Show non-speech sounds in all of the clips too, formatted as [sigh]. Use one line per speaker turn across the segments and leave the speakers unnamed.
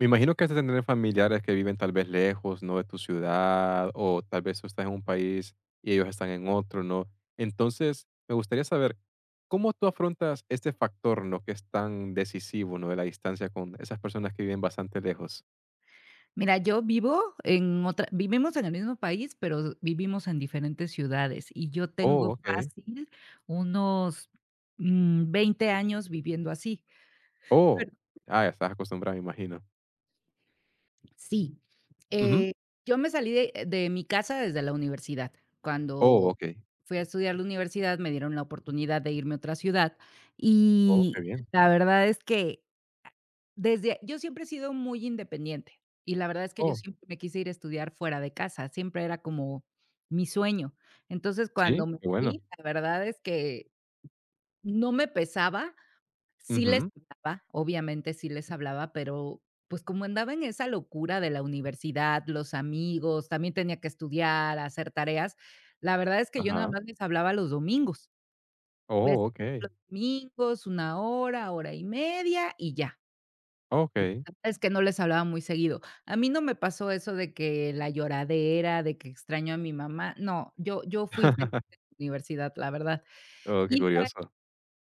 Me imagino que has de tener familiares que viven tal vez lejos, ¿no? De tu ciudad, o tal vez tú estás en un país y ellos están en otro, ¿no? Entonces, me gustaría saber, ¿cómo tú afrontas este factor? ¿No? Que es tan decisivo, ¿no? De la distancia con esas personas que viven bastante lejos.
Mira, yo vivo en otra vivimos en el mismo país, pero vivimos en diferentes ciudades, y yo
Oh,
tengo
ok.
fácil unos, 20 años viviendo así.
Oh,
Pero
ah, ya estás acostumbrado, me imagino.
sí,
Ujú.
eh, yo me salí de mi casa desde la universidad.
Oh,
Cuando
ok.
fui a estudiar la universidad, me dieron la oportunidad de irme a otra ciudad,
Oh, qué
y
bien.
la verdad es que Desde yo siempre he sido muy independiente, y la verdad es que yo
Oh,
siempre me quise ir a estudiar fuera de casa, siempre era como mi sueño. Entonces, cuando
sí,
me
qué bueno.
fui, la verdad es que no me pesaba, sí les
Ujú.
hablaba, obviamente sí les hablaba, pero, pues, como andaba en esa locura de la universidad, los amigos, también tenía que estudiar, hacer tareas, la verdad es que yo nada
Ajá.
más les hablaba los domingos. Les
Oh, ok.
los domingos, una hora, hora y media, y ya.
Ok.
Es que no les hablaba muy seguido. A mí no me pasó eso de que la lloradera, de que extraño a mi mamá. No, yo fui feliz
[laughs]
en la universidad, la verdad.
Oh, qué
Y de ahí
curioso.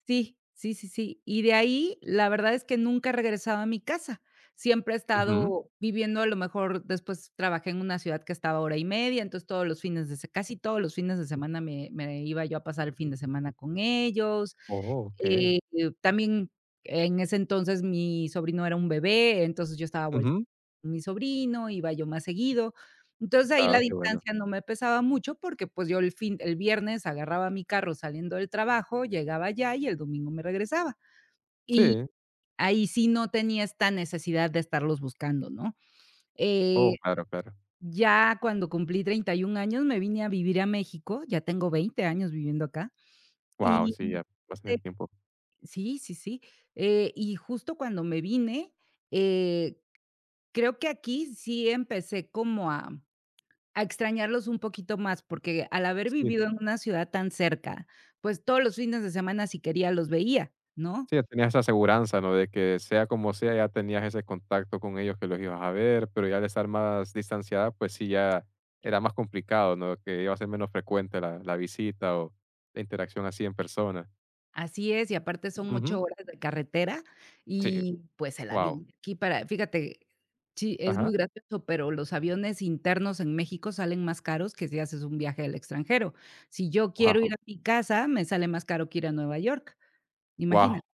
sí, sí, sí, sí. Y de ahí, la verdad es que nunca he regresado a mi casa. Siempre he
Ujú.
estado viviendo, a lo mejor después trabajé en una ciudad que estaba a hora y media, entonces todos los fines de se casi todos los fines de semana me iba yo a pasar el fin de semana con ellos.
Oh, ok.
Eh, también en ese entonces mi sobrino era un bebé, entonces yo estaba
Ujú.
mi sobrino, iba yo más seguido. Entonces, ahí
Ah,
la
qué bueno.
distancia no me pesaba mucho porque, pues, yo el fin el viernes agarraba mi carro saliendo del trabajo, llegaba allá y el domingo me regresaba. Y
Sí.
ahí sí no tenía esta necesidad de estarlos buscando, ¿no?
Oh,
Eh,
claro, claro.
ya cuando cumplí 31 años me vine a vivir a México, ya tengo 20 años viviendo acá.
Wow,
Y
sí, ya bastante
te
tiempo.
sí, sí, sí. Y justo cuando me vine, eh, creo que aquí sí empecé como a A extrañarlos un poquito más, porque al haber
Sí,
vivido en una ciudad tan cerca, pues todos los fines de semana, si quería, los veía, ¿no?
sí, ya tenías esa aseguranza, ¿no? De que sea como sea, ya tenías ese contacto con ellos que los ibas a ver, pero ya al estar más distanciada, pues sí, ya era más complicado, ¿no? Que iba a ser menos frecuente la visita o la interacción así en persona.
Así es, y aparte son
Ujú.
8 horas de carretera
Sí,
y, pues, el
wow.
avión de aquí para fíjate, sí, es muy
Ajá.
gracioso, pero los aviones internos en México salen más caros que si haces un viaje al extranjero. Si yo quiero ir
Wow.
a mi casa, me sale más caro que ir a Nueva York,
Wow.
imagínate.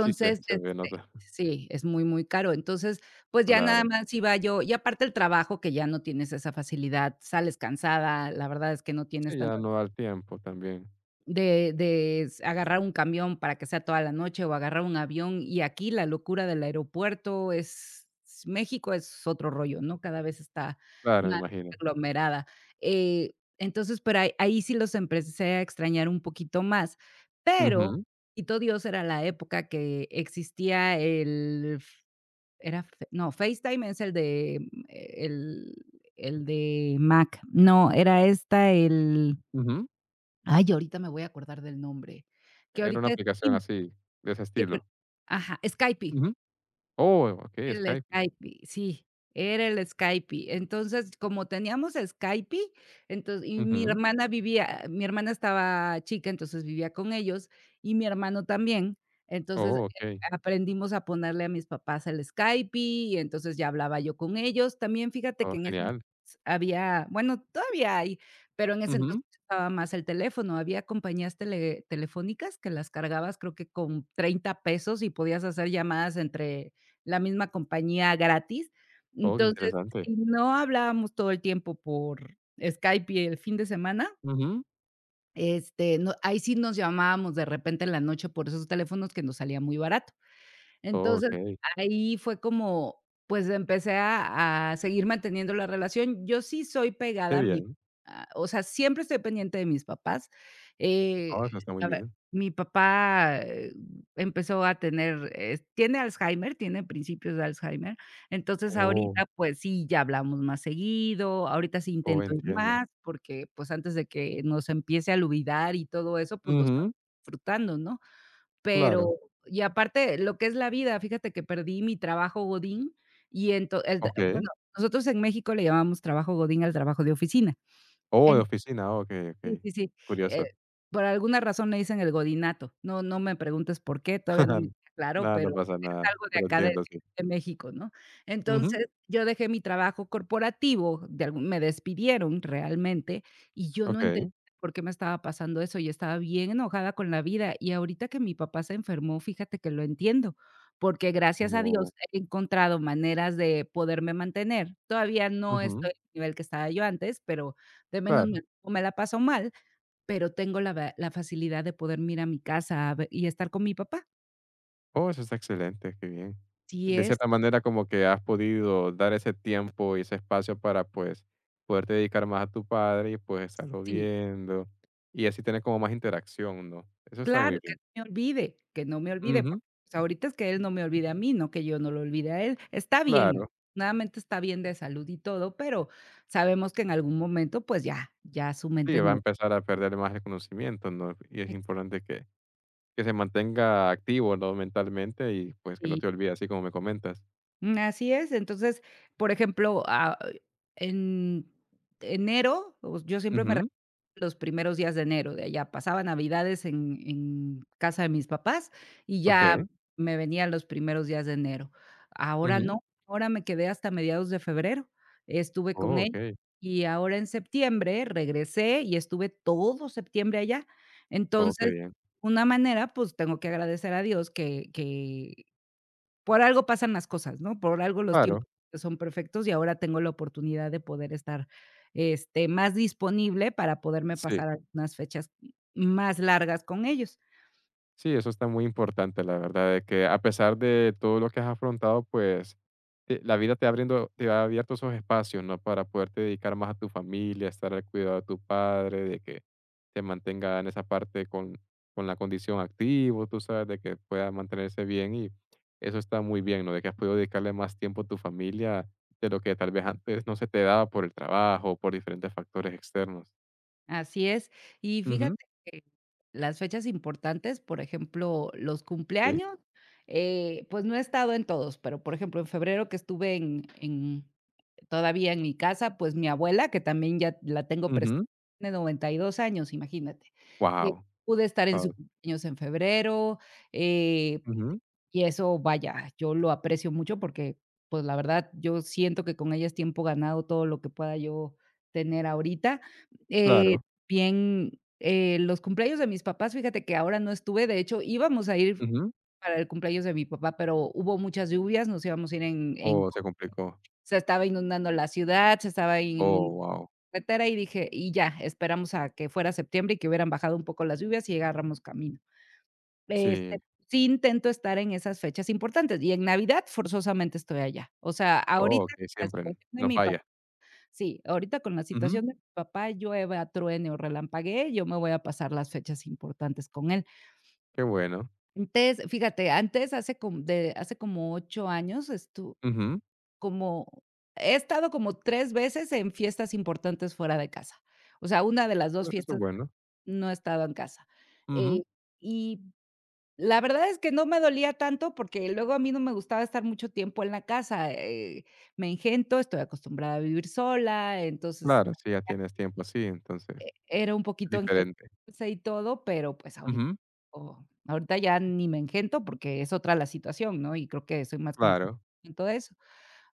Sí, se, se ve
este
nota. [laughs]
sí, es muy, muy caro. Entonces, pues, ya
Claro.
nada más iba yo y aparte el trabajo, que ya no tienes esa facilidad, sales cansada, la verdad es que no
Sí,
tienes
ya
tanta
no da el tiempo también.
de s agarrar un camión para que sea toda la noche o agarrar un avión, y aquí la locura del aeropuerto es s México es otro rollo, ¿no? Cada vez está
Claro, me
más
imagino.
aglomerada. Eh, entonces, pero ahí sí los empecé a extrañar un poquito más, pero
Ujú,
bendito Dios, era la época que existía el f era F no, FaceTime es el de, el de Mac. No, era esta el
ujú.
Ay, ahorita me voy a acordar del nombre, que
Era una
ahorita es
aplicación
in
así, de ese
que ahori
estilo.
ajá, Skype.
Ujú. Oh, okey,
El
Skype.
Skype, sí, era el Skype. Entonces, como teníamos Skype, entonces y mi
Ujú.
hermana vivía mi hermana estaba chica, entonces vivía con ellos, y mi hermano también. Entonces,
Oh, okey.
aprendimos a ponerle a mis papás el Skype, y entonces ya hablaba yo con ellos. También fíjate que
Oh,
en ese
genial.
entonces había, bueno, todavía hay, pero en ese
Ujú.
entonces estaba más el teléfono. Había compañías tele telefónicas que las cargabas, creo que con 30 pesos y podías hacer llamadas entre la misma compañía gratis.
Oh, qué
Entonces,
interesante.
si no hablábamos todo el tiempo por Skype y el fin de semana,
Ujú.
este, no ahí sí nos llamábamos de repente en la noche por esos teléfonos que nos salía muy barato.
Oh,
Entonces,
okey.
ahí fue como, pues, empecé a seguir manteniendo la relación. Yo sí soy
Qué
pegada a mi
bien.
a o sea, siempre estoy pendiente de mis papás. Eh,
Oh, eso está muy
a ver,
bien.
mi papá, empezó a tener, tiene Alzheimer, tiene principios de Alzheimer. Entonces,
Oh,
ahorita, pues sí, ya hablamos más seguido. Ahorita sí
oh,
intento ir
entiendo.
más, porque, pues, antes de que nos empiece a olvidar y todo eso, pues, lo estamos
Ujú,
disfrutando, ¿no? Pero
claro.
y aparte, lo que es la vida, fíjate que perdí mi trabajo godín y entonces
Okey.
bueno, nosotros en México le llamamos trabajo godín al trabajo de oficina.
Oh, de oficina. Okey,
Sí,
okey.
sí, sí. Eh,
Curioso.
por alguna razón le dicen el godinato. No me preguntes por qué, todavía no me
[laughs]
queda claro,
Nada,
pero
no pasa
es
nada,
algo de
pero
acá de
entiendo, sí.
de México, ¿no?
Ujú.
Entonces, yo dejé mi trabajo corporativo, de algún me despidieron realmente, y yo no
Okey.
entendía por qué me estaba pasando eso, y estaba bien enojada con la vida. Y ahorita que mi papá se enfermó, fíjate que lo entiendo, porque gracias a
Oh,
Dios he encontrado maneras de poderme mantener. Todavía no
ujú,
estoy al nivel que estaba yo antes, pero de menos
claro.
me o me la paso mal, pero tengo la va la facilidad de poder ir a mi casa a ve y estar con mi papá.
Oh, eso está excelente, qué bien.
Si
De
es
cierta manera, como que has podido dar ese tiempo y ese espacio para, pues, poderte dedicar más a tu padre y, pues, estarlo
sí,
viendo, y así tener como más interacción, ¿no? Eso está
claro,
muy
que
bien.
no me olvide, que no me olvide,
Ujú,
porque, pues, ahorita es que él no me olvide a mí, no que yo no lo olvide a él. Está bien,
claro.
nuevamente está bien de salud y todo, pero sabemos que en algún momento, pues, ya ya su
Sí,
mente
va a
no
empezar a perder más el conocimiento, ¿no? Y es
ex
importante que se mantenga activo, ¿no? Mentalmente y, pues, que no
sí,
te olvides, así como me comentas.
así es. Entonces, por ejemplo, ah, en enero, o yo siempre me
Ujú,
Los primeros días de enero, de allá. Pasaba Navidades en casa de mis papás y ya
okey.
me venía los primeros días de enero. Ahora
Ujú.
no, ahora me quedé hasta mediados de febrero. Estuve con
Oh,
él
okey.
y ahora en septiembre regresé y estuve todo septiembre allá.
Oh, qué
Entonces,
bien.
una manera, pues, tengo que agradecer a Dios que por algo pasan las cosas, ¿no? Por algo los
Claro,
tiempos son perfectos y ahora tengo la oportunidad de poder estar, este, más disponible para poderme
sí.
pasar algunas fechas más largas con ellos.
Sí, eso está muy importante, la verdad, de que a pesar de todo lo que has afrontado, pues la vida te, abriendo, te ha abierto esos espacios, ¿no? Para poderte dedicar más a tu familia, estar al cuidado de tu padre, de que te mantenga en esa parte con la condición activo, tú sabes, de que pueda mantenerse bien y eso está muy bien, ¿no? De que has podido dedicarle más tiempo a tu familia de lo que tal vez antes no se te daba por el trabajo o por diferentes factores externos.
Así es. Y
Ujú,
fíjate que las fechas importantes, por ejemplo, los
sí.
cumpleaños, pues no he estado en todos, pero, por ejemplo, en febrero que estuve en Todavía en mi casa, pues, mi abuela, que también ya la tengo presente, tiene 92 años, imagínate. Eh,
Wow.
pude estar en su
Claro.
cumpleaños en febrero, eh,
Ujú,
y eso, vaya, yo lo aprecio mucho porque, pues, la verdad, yo siento que con ella es tiempo ganado todo lo que pueda yo tener ahorita. Eh,
claro.
bien, los cumpleaños de mis papás, fíjate que ahora no estuve, de hecho, íbamos a ir para el cumpleaños de mi papá, pero hubo muchas lluvias, nos íbamos a ir en
Oh, se complicó.
se estaba inundando la ciudad, se estaba
Oh,
in
wow.
carretera, y dije: "Y ya, esperamos a que fuera septiembre y que hubieran bajado un poco las lluvias y agarramos camino".
Sí.
Este, sí intento estar en esas fechas importantes, y en Navidad forzosamente estoy allá. O sea,
Oh,
ahorita
okey,
con la situación
siempre,
de
no
mi pa
falla.
sí, ahorita con la
Ujú,
situación de mi papá, llueva, truene o relampaguee, yo me voy a pasar las fechas importantes con él.
qué bueno.
Antes, fíjate, antes hace com de hace como 8 años estu
Ujú,
Como he estado como 3 veces en fiestas importantes fuera de casa. O sea, una de las dos
eso es
fiestas
bueno.
no he estado en casa.
Ujú,
Eh, y la verdad es que no me dolía tanto, porque luego a mí no me gustaba estar mucho tiempo en la casa, me engento, estoy acostumbrada a vivir sola, entonces
claro, sí, ya tienes tiempo así, entonces es
era un poquito
diferente.
engentarse y todo, pero pues ahorita
Ujú,
ahorita ya ni me engento porque es otra la situación, ¿no? Y creo que soy más consciente
claro.
de eso.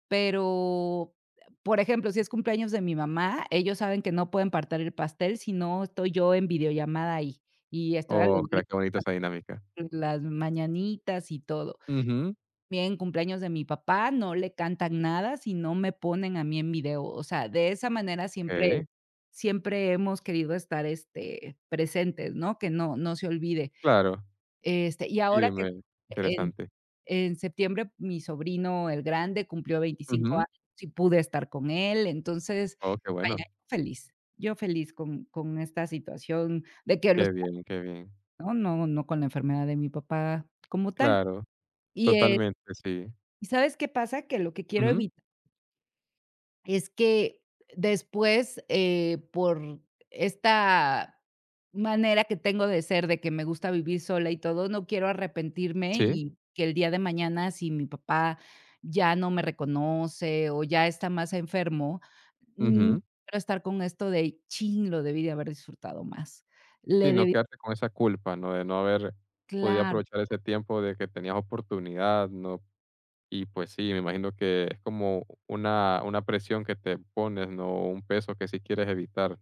Pero, por ejemplo, si es cumpleaños de mi mamá, ellos saben que no pueden partir el pastel, si no estoy yo en videollamada ahí, y estoy a
Oh,
los gritos,
claro, qué bonita esa dinámica.
con las mañanitas y todo.
Ujú,
Bien, cumpleaños de mi papá, no le cantan nada si no me ponen a mí en video. O sea, de esa manera siempre
okey,
siempre hemos querido estar, este, presentes, ¿no? Que no se olvide.
claro.
Este, y ahora
Sí,
que
me
en
interesante.
en septiembre, mi sobrino, el grande, cumplió veinticinco
Ujú,
años y pude estar con él. Entonces,
oh, qué
vaya,
bueno.
feliz. Yo feliz con esta situación de que los
Qué bien, qué bien.
¿no? No con la enfermedad de mi papá como tal.
Claro,
Y, eh,
totalmente, sí.
¿Y sabes qué pasa? Que lo que quiero
Ujú,
evitar Es que después, por esta manera que tengo de ser, de que me gusta vivir sola y todo, no quiero arrepentirme
sí,
y que el día de mañana, si mi papá ya no me reconoce o ya está más enfermo, no
ujú.
quiero estar con esto de: "Chin, lo debí de haber disfrutado más".
Sí,
Le
no
debí
quedarte con esa culpa, ¿no? De no haber podido
claro,
aprovechar ese tiempo de que tenías oportunidad, ¿no? Y pues sí, me imagino que es como una presión que te pones, ¿no? Un peso que sí quieres evitar.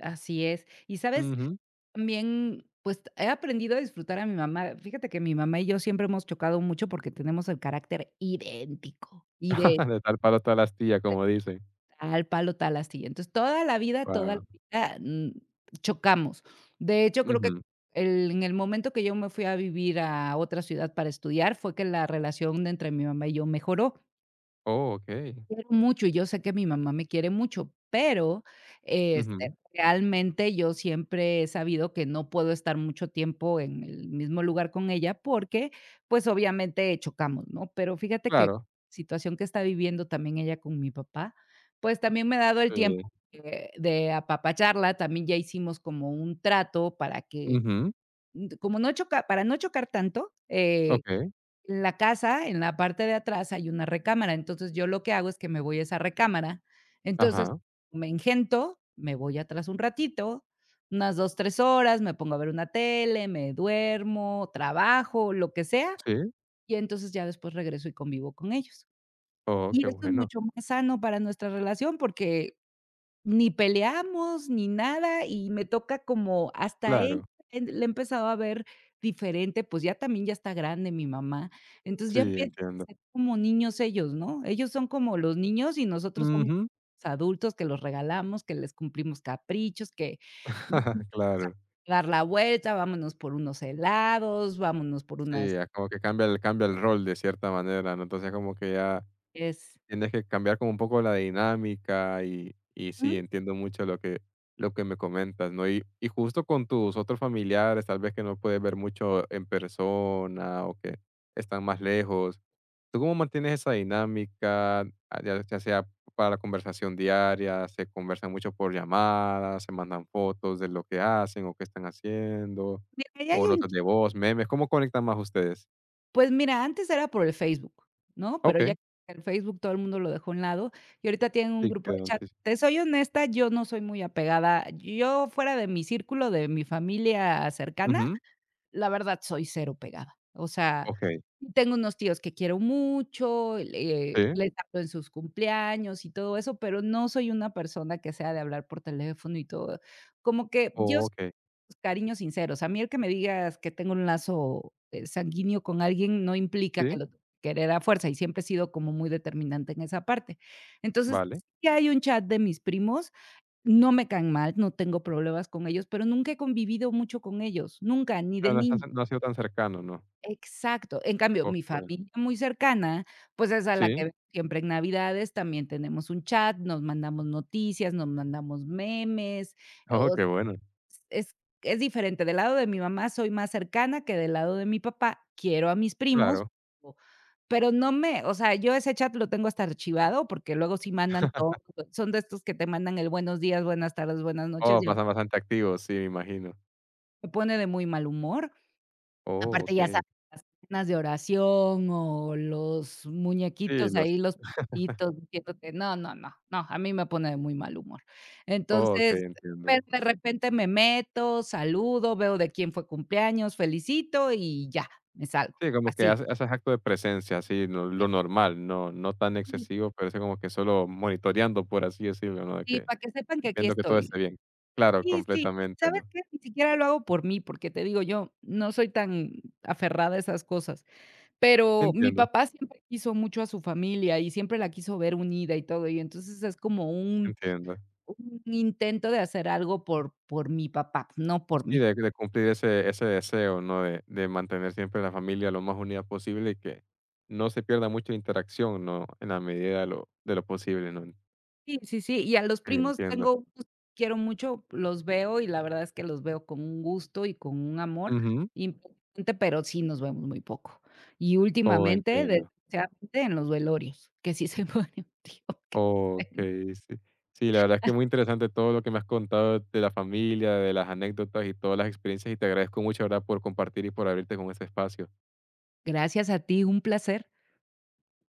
así es. ¿Y sabes?
Ujú.
También, pues, he aprendido a disfrutar a mi mamá. Fíjate que mi mamá y yo siempre hemos chocado mucho porque tenemos el carácter idéntico, y de
[laughs] De tal palo toda la astilla, como dicen.
tal palo, tal astilla. Entonces, toda la
Wow.
vida, chocamos. De hecho, creo que
Ujú.
el en el momento que yo me fui a vivir a otra ciudad para estudiar, fue que la relación de entre mi mamá y yo mejoró.
Oh, okey.
Quiero mucho y yo sé que mi mamá me quiere mucho, pero, este,
Ujú.
realmente yo siempre he sabido que no puedo estar mucho tiempo en el mismo lugar con ella porque, pues, obviamente chocamos, ¿no? Pero fíjate que
Claro.
situación que está viviendo también ella con mi papá, pues, también me ha dado el tiempo
Sí.
de apapacharla, también ya hicimos como un trato para que,
Ujú.
como no choca para no chocar tanto,
Okey.
en la casa, en la parte de atrás hay una recámara. Entonces, yo lo que hago es que me voy a esa recámara. Entonces,
Ajá.
me engento, me voy atrás un ratito, unas 2 3 horas, me pongo a ver una tele, me duermo, trabajo, lo que sea,
Sí.
y entonces ya después regreso y convivo con ellos.
Oh,
Y
qué
esto es
bueno.
mucho más sano para nuestra relación porque ni peleamos, ni nada, y me toca como hasta ella
Claro.
le he empezado a ver diferente. Pues, ya también ya está grande mi mamá. Entonces, ya
Sí,
empiezan a
entiendo.
ser como niños ellos, ¿no? Ellos son como los niños y nosotros somos
Ujú.
los adultos que los regalamos, que les cumplimos caprichos, que vamos
[laughs]
a
Claro.
dar la vuelta, vámonos por unos helados, vámonos por
Sí,
unas.
ya como que cambia el rol de cierta manera, ¿no? Entonces, como que ya
Es
tienes que cambiar como un poco la dinámica y
Ujú,
sí, entiendo mucho lo que me comentas, ¿no? Y justo con tus otros familiares, tal vez que no puedes ver mucho en persona o que están más lejos, ¿tú cómo mantienes esa dinámica? Ah, ya sea para la conversación diaria, ¿se conversan mucho por llamadas, se mandan fotos de lo que hacen o qué están haciendo,
mira, ahí hay
o
un.
notas de voz, memes? ¿Cómo conectan más ustedes?
Pues mira, antes era por el Facebook, ¿no? Pero ya
Okay,
el Facebook todo el mundo lo dejó a un lado y ahorita tienen un
sí,
grupo de
quedó,
chat.
sí, sí.
Te soy honesta, yo no soy muy apegada. Yo fuera de mi círculo, de mi familia cercana,
Ujú,
la verdad soy cero pegada. O sea,
okey,
tengo unos tíos que quiero mucho, le
sí,
les hablo en sus cumpleaños y todo eso, pero no soy una persona que sea de hablar por teléfono y todo. Como que yo.
okey,
Cariños sinceros. A mí el que me digas que tengo un lazo, sanguíneo con alguien no implica que
sí,
lo querer a fuerza, y siempre he sido como muy determinante en esa parte. Entonces,
vale.
sí hay un chat de mis primos, no me caen mal, no tengo problemas con ellos, pero nunca he convivido mucho con ellos, nunca,
O
ni
sea,
de
no estás
niña.
no ha sido tan cercano, ¿no?
Exacto. En cambio, mi
Okey,
familia muy cercana, pues es a la que
sí.
veo siempre en Navidades, también tenemos un chat, nos mandamos noticias, nos mandamos memes,
Oh, qué bueno.
es es diferente. Del lado de mi mamá soy más cercana que del lado de mi papá. Quiero a mis primos,
Claro.
o pero no me, o sea, yo ese chat lo tengo hasta archivado, porque luego sí mandan todo. Son de estos que te mandan el buenos días, buenas tardes, buenas noches,
Oh,
y
pasan bastante activos, sí, me imagino.
me pone de muy mal humor.
Oh,
Aparte, ya sabes,
okey.
las cadenas de oración o los
Sí,
muñequitos
los
ahí, los pititos diciéndote no, no, no, no, a mí me pone de muy mal humor.
oh,
Entonces,
okey, entiendo.
pero de repente me meto, saludo, veo de quién fue cumpleaños, felicito y ya, me salgo,
Sí, como que
así.
hace haces acto de presencia, así, no lo normal, no no tan
Sí,
excesivo, pero eso como que solo monitoreando, por así decirlo, ¿no? De
sí,
que
para que sepan que aquí
viendo que todo esté
estoy.
bien. Claro,
Sí, sí,
completamente,
¿sabes
¿no?
qué? Ni siquiera lo hago por mí, porque te digo, yo no soy tan aferrada a esas cosas. Pero mi
Entiendo,
papá siempre quiso mucho a su familia y siempre la quiso ver unida y todo, y entonces es como un
entiendo.
un intento de hacer algo por mi papá, no por
Sí,
mí.
de cumplir ese deseo, ¿no? De mantener siempre la familia lo más unida posible y que no se pierda mucha interacción, ¿no? En la medida de lo posible, ¿no?
Sí, sí, sí, y a los
Sí,
primos
entiendo.
tengo unos que quiero mucho, los veo y la verdad es que los veo con un gusto y con un amor
Ujú.
importante, pero sí nos vemos muy poco. Y
Oh,
últimamente,
entiendo.
desgraciadamente, en los velorios, que sí se mueren, [laughs] digo que sí se.
Okey, sí. Sí, la verdad es que muy interesante todo lo que me has contado de la familia, de las anécdotas y todas las experiencias, y te agradezco mucho, ¿verdad?, por compartir y por abrirte con este espacio.
Gracias a ti, un placer.